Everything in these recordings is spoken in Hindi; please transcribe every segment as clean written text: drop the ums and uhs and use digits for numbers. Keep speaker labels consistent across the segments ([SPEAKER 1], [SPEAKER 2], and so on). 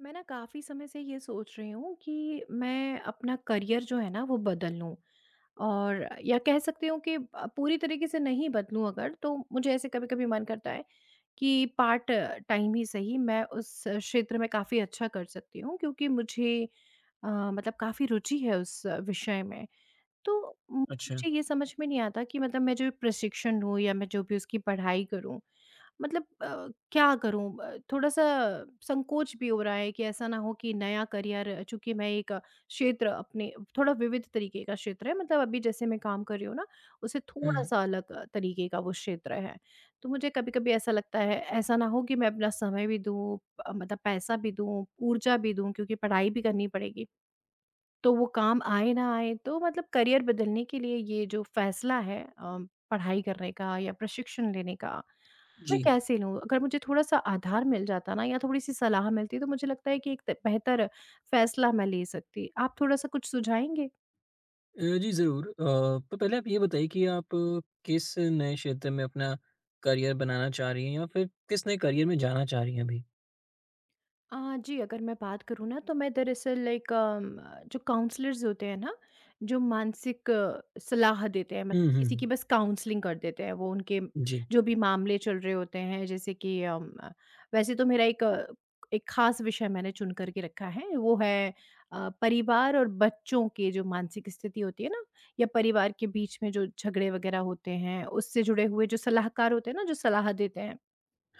[SPEAKER 1] मैं ना काफ़ी समय से ये सोच रही हूँ कि मैं अपना करियर जो है ना वो बदल लूँ और या कह सकती हूँ कि पूरी तरीके से नहीं बदलूँ। अगर तो मुझे ऐसे कभी कभी मन करता है कि पार्ट टाइम ही सही मैं उस क्षेत्र में काफ़ी अच्छा कर सकती हूँ, क्योंकि मुझे अ, मतलब काफ़ी रुचि है उस विषय में। तो मु
[SPEAKER 2] अच्छा,
[SPEAKER 1] मुझे ये समझ में नहीं आता कि मतलब मैं जो प्रशिक्षण लूँ या मैं जो भी उसकी पढ़ाई करूँ, मतलब क्या करूँ? थोड़ा-सा संकोच भी हो रहा है कि ऐसा ना हो कि नया करियर, चूँकि मैं एक क्षेत्र अपने थोड़ा विविध तरीके का क्षेत्र है, मतलब अभी जैसे मैं काम कर रही हूँ ना, उससे
[SPEAKER 2] हुँ,
[SPEAKER 1] थोड़ा-सा अलग तरीके का वो क्षेत्र है। तो मुझे कभी-कभी ऐसा लगता है, ऐसा ना हो कि मैं अपना समय भी दूँ, मतलब पैसा भी दूँ, ऊर्जा भी दूँ, क्योंकि पढ़ाई भी करनी पड़ेगी। तो वो काम आए ना आए तो मतलब करियर बदलने के लिए ये जो फ़ैसला है पढ़ाई करने का या प्रशिक्षण लेने का, मैं
[SPEAKER 2] जी।
[SPEAKER 1] कैसे लूँ? अगर मुझे थोड़ा-सा आधार मिल जाता ना या थोड़ी-सी सलाह मिलती तो मुझे लगता है कि एक त बेहतर फ़ैसला मैं ले सकती। आप थोड़ा-सा कुछ सुझाएँगे?
[SPEAKER 2] जी, ज़रूर। तो पहले आप ये बताइए कि आप किस नए क्षेत्र में अपना करियर बनाना चाह रही हैं या फिर किस नए करियर में जाना चाह रही हैं अभी?
[SPEAKER 1] जी, अगर मैं बात करूँ ना तो मैं दरअसल लाइक जो काउंसलर्स होते हैं ना, जो मानसिक सलाह देते हैं,
[SPEAKER 2] हुँ,
[SPEAKER 1] मतलब
[SPEAKER 2] हुँ,
[SPEAKER 1] किसी की बस काउंसलिंग कर देते हैं, वो उनके
[SPEAKER 2] जी।
[SPEAKER 1] जो भी मामले चल रहे होते हैं जैसे कि वैसे तो मेरा एक ख़ास विषय मैंने चुन कर के रखा है, वो है परिवार और बच्चों के जो मानसिक स्थिति होती है ना, या परिवार के बीच में जो झगड़े वग़ैरह होते हैं, उससे जुड़े हुए जो सलाहकार होते हैं ना, जो सलाह देते हैं।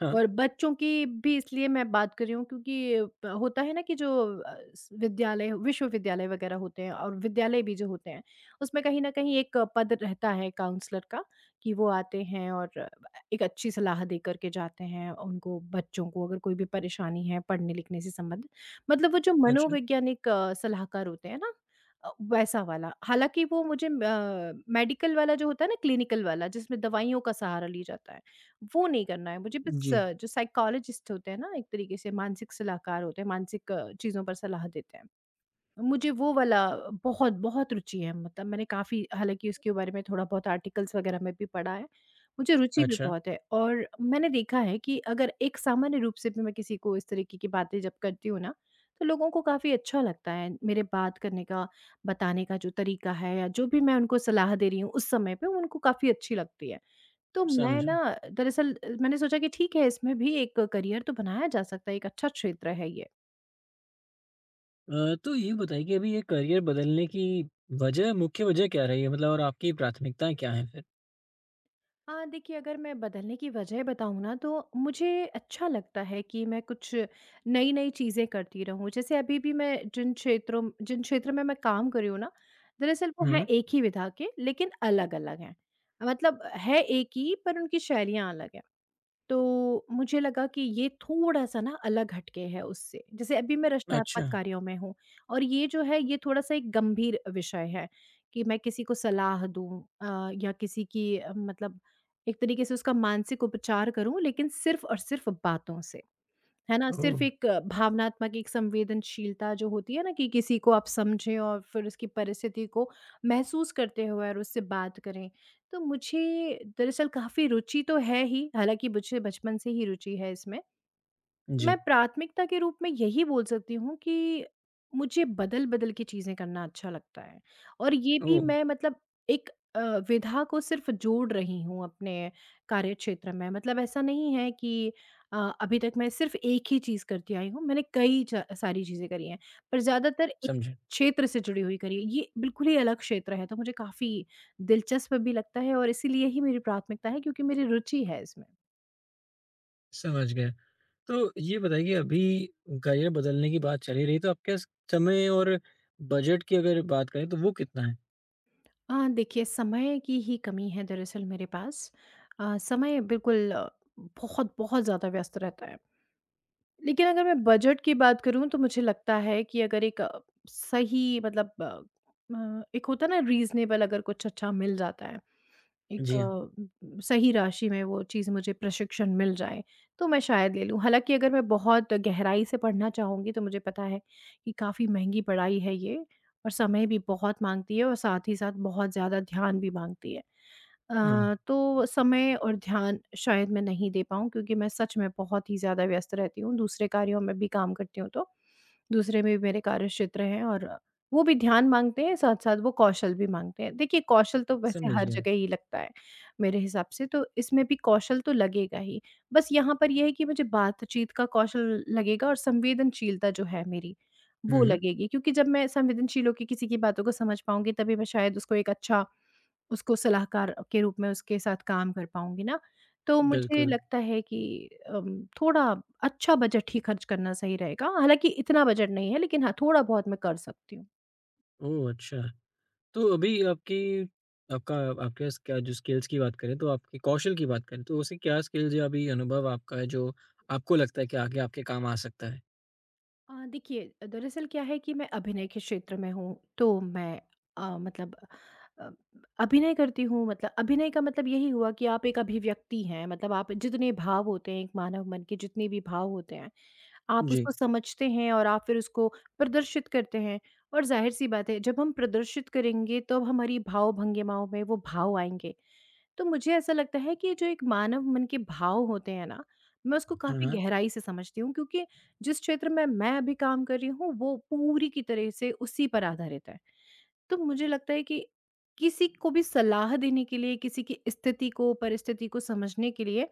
[SPEAKER 2] हाँ,
[SPEAKER 1] और बच्चों की भी इसलिए मैं बात कर रही हूँ क्योंकि होता है ना कि जो विद्यालय विश्वविद्यालय वगैरह होते हैं, और विद्यालय भी जो होते हैं उसमें कहीं ना कहीं एक पद रहता है काउंसलर का कि वो आते हैं और एक अच्छी सलाह दे करके जाते हैं उनको। बच्चों को अगर कोई भी परेशानी है पढ़ने लिखने से संबंधित, मतलब वो जो
[SPEAKER 2] अच्छा,
[SPEAKER 1] मनोवैज्ञानिक सलाहकार होते हैं ना, वैसा वाला। हालांकि वो मुझे मेडिकल वाला जो होता है ना, क्लिनिकल वाला जिसमें दवाइयों का सहारा लिया जाता है, वो नहीं करना है मुझे। बस
[SPEAKER 2] जी,
[SPEAKER 1] जो साइकोलॉजिस्ट होते हैं ना, एक तरीके से मानसिक सलाहकार होते हैं, मानसिक चीज़ों पर सलाह देते हैं, मुझे वो वाला। बहुत बहुत रुचि है, मतलब मैंने काफ़ी, हालाँकि उसके बारे में थोड़ा बहुत आर्टिकल्स वगैरह में भी पढ़ा है। मुझे रुचि भी
[SPEAKER 2] अच्छा,
[SPEAKER 1] बहुत है और मैंने देखा है कि अगर एक सामान्य रूप से भी मैं किसी को इस तरीके की बातें जब करती हूँ ना, तो लोगों को काफ़ी अच्छा लगता है मेरे बात करने का, बताने का जो तरीका है या जो भी मैं उनको सलाह दे रही हूँ उस समय पे उनको काफ़ी अच्छी लगती है। तो मैं ना
[SPEAKER 2] समझा।
[SPEAKER 1] दरअसल मैंने सोचा कि ठीक है इसमें भी एक करियर तो बनाया जा सकता है, एक अच्छा क्षेत्र है ये।
[SPEAKER 2] तो ये बताइए कि अभी ये करियर बदलने की वजह मुख्य वजह क्या रही है मतलब और आपकी प्राथमिकताएँ क्या हैं फिर?
[SPEAKER 1] हाँ, देखिए, अगर मैं बदलने की वजह बताऊँ ना तो मुझे अच्छा लगता है कि मैं कुछ नई-नई चीज़ें करती रहूँ। जैसे अभी भी मैं जिन क्षेत्र में मैं काम कर रही हूँ ना, दरअसल वो हैं
[SPEAKER 2] हुँ,
[SPEAKER 1] एक ही विधा के लेकिन अलग-अलग हैं। मतलब है एक ही, पर उनकी शैलियाँ अलग हैं। तो मुझे लगा कि ये थोड़ा-सा ना अलग हट के है उससे। जैसे अभी मैं
[SPEAKER 2] अच्छा,
[SPEAKER 1] रचनात्मक कार्यों में हूँ और ये जो है ये थोड़ा-सा एक गंभीर विषय है कि मैं किसी को सलाह दूँ, या किसी की मतलब एक तरीके से उसका मानसिक उपचार करूँ, लेकिन सिर्फ़ और सिर्फ़ बातों से। है ना?
[SPEAKER 2] ओह!
[SPEAKER 1] सिर्फ़ एक भावनात्मक एक संवेदनशीलता जो होती है ना कि किसी को आप समझें और फिर उसकी परिस्थिति को महसूस करते हुए और उससे बात करें। तो मुझे दरअसल काफ़ी रुचि तो है ही, हालाँकि मुझे बचपन से ही रुचि है इसमें। मैं
[SPEAKER 2] जी,
[SPEAKER 1] प्राथमिकता के रूप में यही बोल सकती हूँ कि मुझे बदल-बदल के चीज़ें करना अच्छा लगता है और ये भी
[SPEAKER 2] ओह!
[SPEAKER 1] मैं मतलब एक अ, विधा को सिर्फ़ जोड़ रही हूँ अपने कार्यक्षेत्र में। मतलब ऐसा नहीं है कि अभी तक मैं सिर्फ़ एक ही चीज़ करती आई हूँ, मैंने कई च सारी चीज़ें करी हैं, पर ज़्यादातर एक
[SPEAKER 2] समझा,
[SPEAKER 1] क्षेत्र से जुड़ी हुई करी है। ये बिल्कुल ही अलग क्षेत्र है, तो मुझे काफ़ी दिलचस्प भी लगता है और इसीलिए ही मेरी प्राथमिकता है क्योंकि मेरी रुचि है इसमें।
[SPEAKER 2] समझ गया। तो ये बताइए कि अभी करियर बदलने की बात चली रही तो आपके समय और बजट की अगर बात करें तो वो कितना है?
[SPEAKER 1] देखिए, समय की ही कमी है दरअसल मेरे पास। समय बिल्कुल बहुत, बहुत ज़्यादा व्यस्त रहता है। लेकिन अगर मैं बजट की बात करूँ तो मुझे लगता है कि अगर एक सही मतलब एक होता है ना रीज़नेबल, अगर कुछ अच्छा मिल जाता है, एक
[SPEAKER 2] जी हाँ।
[SPEAKER 1] सही राशि में वो चीज़ मुझे प्रशिक्षण मिल जाए, तो मैं शायद ले लूँ। हालाँकि अगर मैं बहुत गहराई से पढ़ना चाहूँगी तो मुझे पता है कि काफ़ी महँगी पढ़ाई है ये और समय भी बहुत माँगती है और साथ ही साथ बहुत ज़्यादा ध्यान भी माँगती है।
[SPEAKER 2] हाँ,
[SPEAKER 1] तो समय और ध्यान शायद मैं नहीं दे पाऊँ, क्योंकि मैं सच में बहुत ही ज़्यादा व्यस्त रहती हूँ, दूसरे कार्यों में भी काम करती हूँ तो, दूसरे में भी मेरे कार्यक्षेत्र हैं और वो भी ध्यान माँगते हैं, साथ-साथ वो कौशल भी माँगते हैं। देखिए, कौशल तो वैसे
[SPEAKER 2] समझ
[SPEAKER 1] हर
[SPEAKER 2] गया।
[SPEAKER 1] जगह ही लगता है, मेरे हिसाब से तो इसमें भी कौशल तो लगेगा ही। बस यहाँ पर ये है कि मुझे बातचीत का कौशल लगेगा और संवेदनशीलता जो है मेरी,
[SPEAKER 2] हुँ,
[SPEAKER 1] वो
[SPEAKER 2] हुँ,
[SPEAKER 1] लगेगी, क्योंकि जब मैं संवेदनशील होके किसी की बातों को समझ पाऊँगी तभी मैं शायद उसको एक अच्छा उसको सलाहकार के रूप में उसके साथ काम कर पाऊँगी ना, तो मुझे
[SPEAKER 2] बिल्कुल।
[SPEAKER 1] लगता है कि थोड़ा अच्छा बजट ही खर्च करना सही रहेगा। हालाँकि इतना बजट नहीं है, लेकिन हाँ, थोड़ा-बहुत मैं कर सकती हूँ।
[SPEAKER 2] ओह! अच्छा। तो अभी आपकी आपका आपके पास क्या जो स्किल्स की बात करें तो आपके कौशल की बात करें तो उसे क्या स्किल्स या अभी अनुभव आपका है जो आपको लगता है कि आगे आपके काम आ सकता है?
[SPEAKER 1] देखिए, दरअसल क्या है कि मैं अभिनय के क्षेत्र में हूँ, तो मैं मतलब अ, अभिनय करती हूँ, मतलब अभिनय का मतलब यही हुआ कि आप एक अभिव्यक्ति हैं, मतलब आप जितने भाव होते हैं एक मानव मन के, जितने भी भाव होते हैं, आप
[SPEAKER 2] जी।
[SPEAKER 1] उसको समझते हैं और आप फिर उसको प्रदर्शित करते हैं। और ज़ाहिर-सी बात है, जब हम प्रदर्शित करेंगे, तब हमारी भाव भंगिमाओं में वो भाव आएँगे। तो मुझे ऐसा लगता है कि जो एक मानव मन के भाव होते हैं ना, मैं उसको
[SPEAKER 2] हाँ,
[SPEAKER 1] काफ़ी
[SPEAKER 2] हाँ।
[SPEAKER 1] गहराई से समझती हूँ, क्योंकि जिस क्षेत्र में मैं अभी काम कर रही हूँ, वो पूरी की तरह से उसी पर आधारित है। तो मुझे लगता है कि किसी को भी सलाह देने के लिए, किसी की स्थिति को, परिस्थिति को समझने के लिए,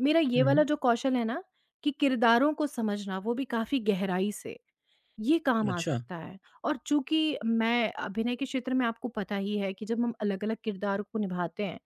[SPEAKER 1] मेरा ये
[SPEAKER 2] हुँ,
[SPEAKER 1] वाला
[SPEAKER 2] हुँ।
[SPEAKER 1] जो कौशल है ना, कि किरदारों को समझना, वो भी काफ़ी गहराई से, ये काम आ
[SPEAKER 2] अच्छा।
[SPEAKER 1] सकता है। और चूँकि मैं अभिनय के क्षेत्र में, आपको पता ही है कि जब हम अलग-अलग किरदारों को निभाते हैं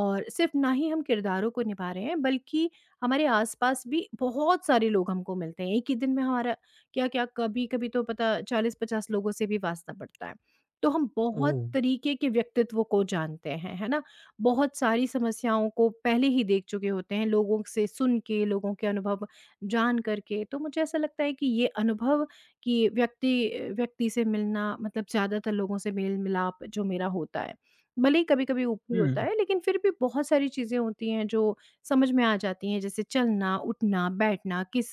[SPEAKER 1] और सिर्फ़ ना ही हम किरदारों को निभा रहे हैं बल्कि हमारे आस-पास भी बहुत सारे लोग हमको मिलते हैं। एक ही दिन में हमारा क्या-क्या, कभी-कभी तो पता 40-50 लोगों से भी वास्ता पड़ता है। तो हम बहुत
[SPEAKER 2] ओह!
[SPEAKER 1] तरीके के व्यक्तित्व को जानते हैं, है ना? बहुत सारी समस्याओं को पहले ही देख चुके होते हैं, लोगों से सुन के, लोगों के अनुभव जान कर के। तो मुझे ऐसा लगता है कि ये अनुभव कि व्यक्ति से मिलना, मतलब ज़्यादातर लोगों से मेल-मिलाप जो मेरा होता है। भले ही कभी-कभी ऊपरी होता
[SPEAKER 2] हुँ,
[SPEAKER 1] है, लेकिन फिर भी बहुत सारी चीज़ें होती हैं जो समझ में आ जाती हैं, जैसे चलना, उठना, बैठना, किस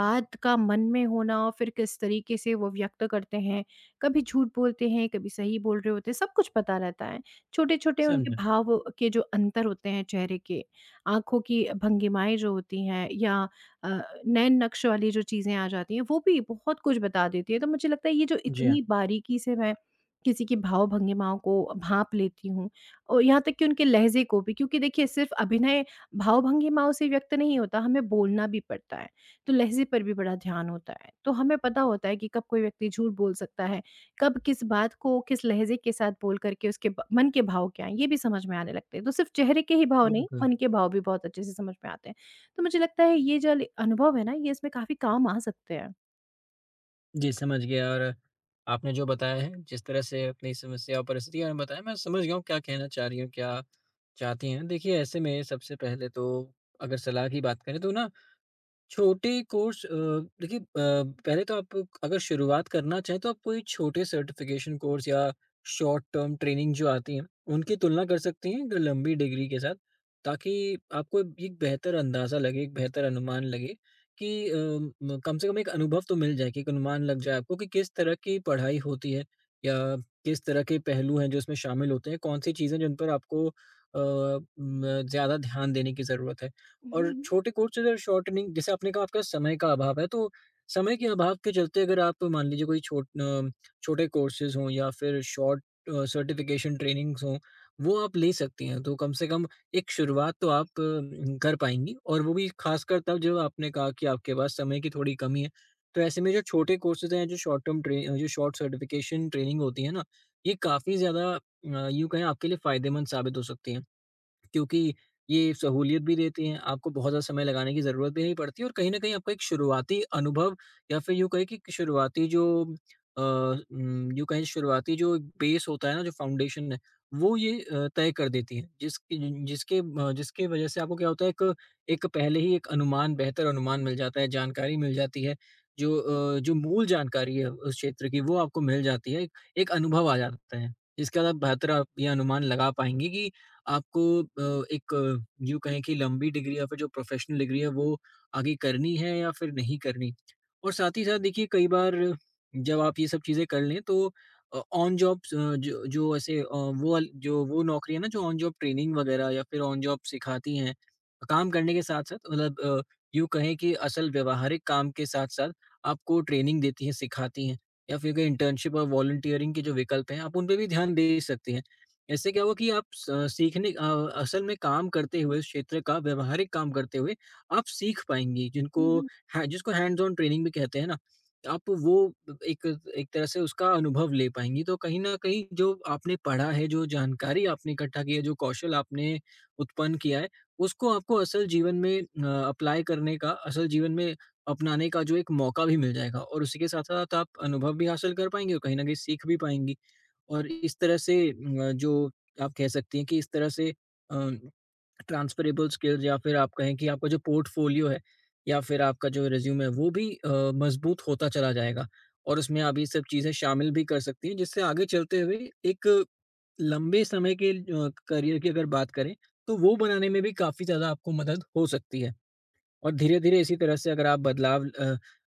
[SPEAKER 1] बात का मन में होना और फिर किस तरीके से वो व्यक्त करते हैं। कभी झूठ बोलते हैं, कभी सही बोल रहे होते हैं, सब कुछ पता रहता है। छोटे-छोटे उनके
[SPEAKER 2] समझा।
[SPEAKER 1] भाव के जो अंतर होते हैं चेहरे के, आँखों की भंगिमाएँ जो होती हैं या अ, नैन नक्श वाली जो चीज़ें आ जाती हैं, वो भी बहुत कुछ बता देती है। तो मुझे लगता है ये जो
[SPEAKER 2] जी हाँ,
[SPEAKER 1] इतनी बारीकी से मैं किसी की भाव-भंगिमाओं को भाँप लेती हूँ और यहाँ तक कि उनके लहज़े को भी, क्योंकि देखिए सिर्फ़ अभिनय भाव-भंगिमाओं से व्यक्त नहीं होता, हमें बोलना भी पड़ता है। तो लहज़े पर भी बड़ा ध्यान होता है। तो हमें पता होता है कि कब कोई व्यक्ति झूठ बोल सकता है, कब किस बात को किस लहज़े के साथ बोल कर के उसके ब मन के भाव क्या हैं, ये भी समझ में आने लगते हैं। तो सिर्फ़ चेहरे के ही भाव नहीं,
[SPEAKER 2] बिल्कुल।
[SPEAKER 1] मन के भाव भी बहुत अच्छे से समझ में आते हैं। तो मुझे लगता है ये जो ल अनुभव है ना, ये इसमें काफ़ी काम आ सकते हैं।
[SPEAKER 2] जी, समझ गया और आपने जो बताया है, जिस तरह से अपनी समस्या और परिस्थिति के बारे में बताया, मैं समझ गया हूँ क्या कहना चाह रही हैं, क्या चाहती हैं। देखिए, ऐसे में सबसे पहले तो अगर सलाह की बात करें तो ना छोटे कोर्स अ, देखिए, पहले तो आप अगर शुरुआत करना चाहें तो आप कोई छोटे सर्टिफिकेशन कोर्स या शॉर्ट टर्म ट्रेनिंग जो आती हैं उनकी तुलना कर सकती हैं एक लंबी डिग्री के साथ, ताकि आपको एक बेहतर अंदाज़ा लगे, एक बेहतर अनुमान लगे कि कम से कम एक अनुभव तो मिल जाए, कि एक अनुमान लग जाए आपको कि किस तरह की पढ़ाई होती है या किस तरह के पहलू हैं जो इसमें शामिल होते हैं, कौन सी चीज़ें जिन पर आपको ज़्यादा ध्यान देने की ज़रूरत है।
[SPEAKER 1] हुँ,
[SPEAKER 2] और
[SPEAKER 1] हुँ।
[SPEAKER 2] छोटे कोर्सेज़ और शॉर्टनिंग, जैसे आपने कहा आपका समय का अभाव है, तो समय के अभाव के चलते अगर आप मान लीजिए कोई छोटे कोर्सेज़ हों या फिर शॉर्ट सर्टिफ़िकेशन ट्रेनिंग्स हों, वो आप ले सकती हैं। तो कम से कम एक शुरुआत तो आप कर पाएँगी और वो भी ख़ासकर तब, जब आपने कहा कि आपके पास समय की थोड़ी कमी है। तो ऐसे में जो छोटे कोर्सेज़ हैं, जो शॉर्ट टर्म ट्रे जो शॉर्ट सर्टिफ़िकेशन ट्रेनिंग होती है ना, ये काफ़ी ज़्यादा, यूँ कहें आपके लिए फ़ायदेमंद साबित हो सकती हैं। क्योंकि ये सहूलियत भी देती हैं, आपको बहुत ज़्यादा समय लगाने की ज़रूरत भी नहीं पड़ती और कहीं न कहीं आपका एक शुरुआती अनुभव या फिर यूँ कहें कि शुरुआती जो यूँ कहें शुरुआती जो बेस होता है ना, जो फाउंडेशन है, वो ये तय कर देती है। जिसकी जिन जिसके अ, जिसकी वजह से आपको क्या होता है, एक एक पहले ही एक अनुमान, बेहतर अनुमान मिल जाता है, जानकारी मिल जाती है, जो जो मूल जानकारी है उस क्षेत्र की वो आपको मिल जाती है, एक एक अनुभव आ जाता है। जिसके बाद आप ये अनुमान लगा पाएँगे कि आपको एक, यूँ कहें कि लंबी डिग्री या फिर जो प्रोफ़ेशनल डिग्री है वो आगे करनी है या फिर नहीं करनी। और साथ ही साथ देखिए कई बार जब आप ये सब चीज़ें कर लें तो अ, ऑन जॉब स जो जो ऐसे, वो वाल जो वो नौकरी है ना, जो ऑन जॉब ट्रेनिंग वग़ैरह या फिर ऑन जॉब सिखाती हैं, काम करने के साथ-साथ, मतलब यूँ कहें कि असल व्यावहारिक काम के साथ-साथ आपको ट्रेनिंग देती हैं, सिखाती हैं, या फिर अगर इंटर्नशिप और वॉलंटियरिंग के जो विकल्प हैं, आप उन पे भी ध्यान दे सकते हैं। इससे क्या हुआ कि आप असल में काम करते हुए, उस क्षेत्र का व्यावहारिक काम करते हुए आप सीख पाएँगे, जिनको
[SPEAKER 1] हुँ, हुँ।
[SPEAKER 2] है जिसको हैंड्स ऑन ट्रेनिंग भी कहते हैं ना, आप वो एक एक तरह से उसका अनुभव ले पाएँगी। तो कहीं न कहीं जो आपने पढ़ा है, जो जानकारी आपने इकट्ठा की है, जो कौशल आपने उत्पन्न किया है, उसको आपको असल जीवन में अप्लाई करने का, असल जीवन में अपनाने का जो एक मौका भी मिल जाएगा और उसी के साथ-साथ आप अनुभव भी हासिल कर पाएँगे और कहीं न कहीं सीख भी पाएँगी। और इस तरह से जो आप कह सकती हैं कि इस तरह से ट्रांसफरेबल स्किल्स या फिर आप कहें कि आपका जो पोर्टफोलियो है या फिर आपका जो रिज्यूम है वो भी मजबूत होता चला जाएगा और उसमें आप ये सब चीज़ें शामिल भी कर सकती हैं, जिससे आगे चलते हुए एक लंबे समय के करियर की अगर बात करें तो वो बनाने में भी काफ़ी ज़्यादा आपको मदद हो सकती है। और धीरे-धीरे इसी तरह से अगर आप बदलाव अ,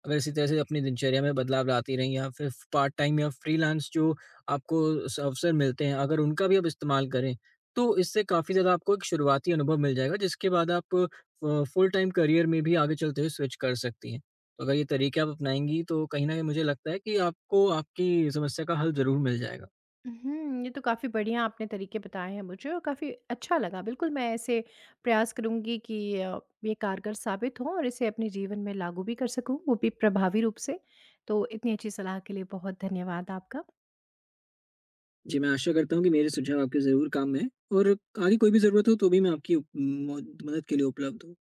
[SPEAKER 2] अगर इसी तरह से अपनी दिनचर्या में बदलाव लाती रहीं या फिर पार्ट टाइम या फ्रीलांस जो आपको स अवसर मिलते हैं, अगर उनका भी आप इस्तेमाल करें, तो इससे काफ़ी ज़्यादा आपको एक शुरुआती अनुभव मिल जाएगा, जिसके बाद आप फुल टाइम करियर में भी आगे चलते हुए स्विच कर सकती हैं। तो अगर ये तरीके आप अपनाएँगी, तो कहीं न कहीं मुझे लगता है कि आपको आपकी समस्या का हल ज़रूर मिल जाएगा।
[SPEAKER 1] उहुँ, ये तो काफ़ी बढ़िया आपने तरीके बताए हैं मुझे और काफ़ी अच्छा लगा। बिल्कुल, मैं ऐसे प्रयास करूँगी कि ये कारगर साबित हो और इसे अपने जीवन में लागू भी कर सकूँ, वो भी प्रभावी रूप से। तो इतनी अच्छी सलाह के लिए बहुत धन्यवाद आपका।
[SPEAKER 2] जी, मैं आशा करता हूँ कि मेरे सुझाव आपके ज़रूर काम में आएँ और आगे कोई भी ज़रूरत हो तो भी मैं आपकी मद मदद के लिए उपलब्ध हूँ।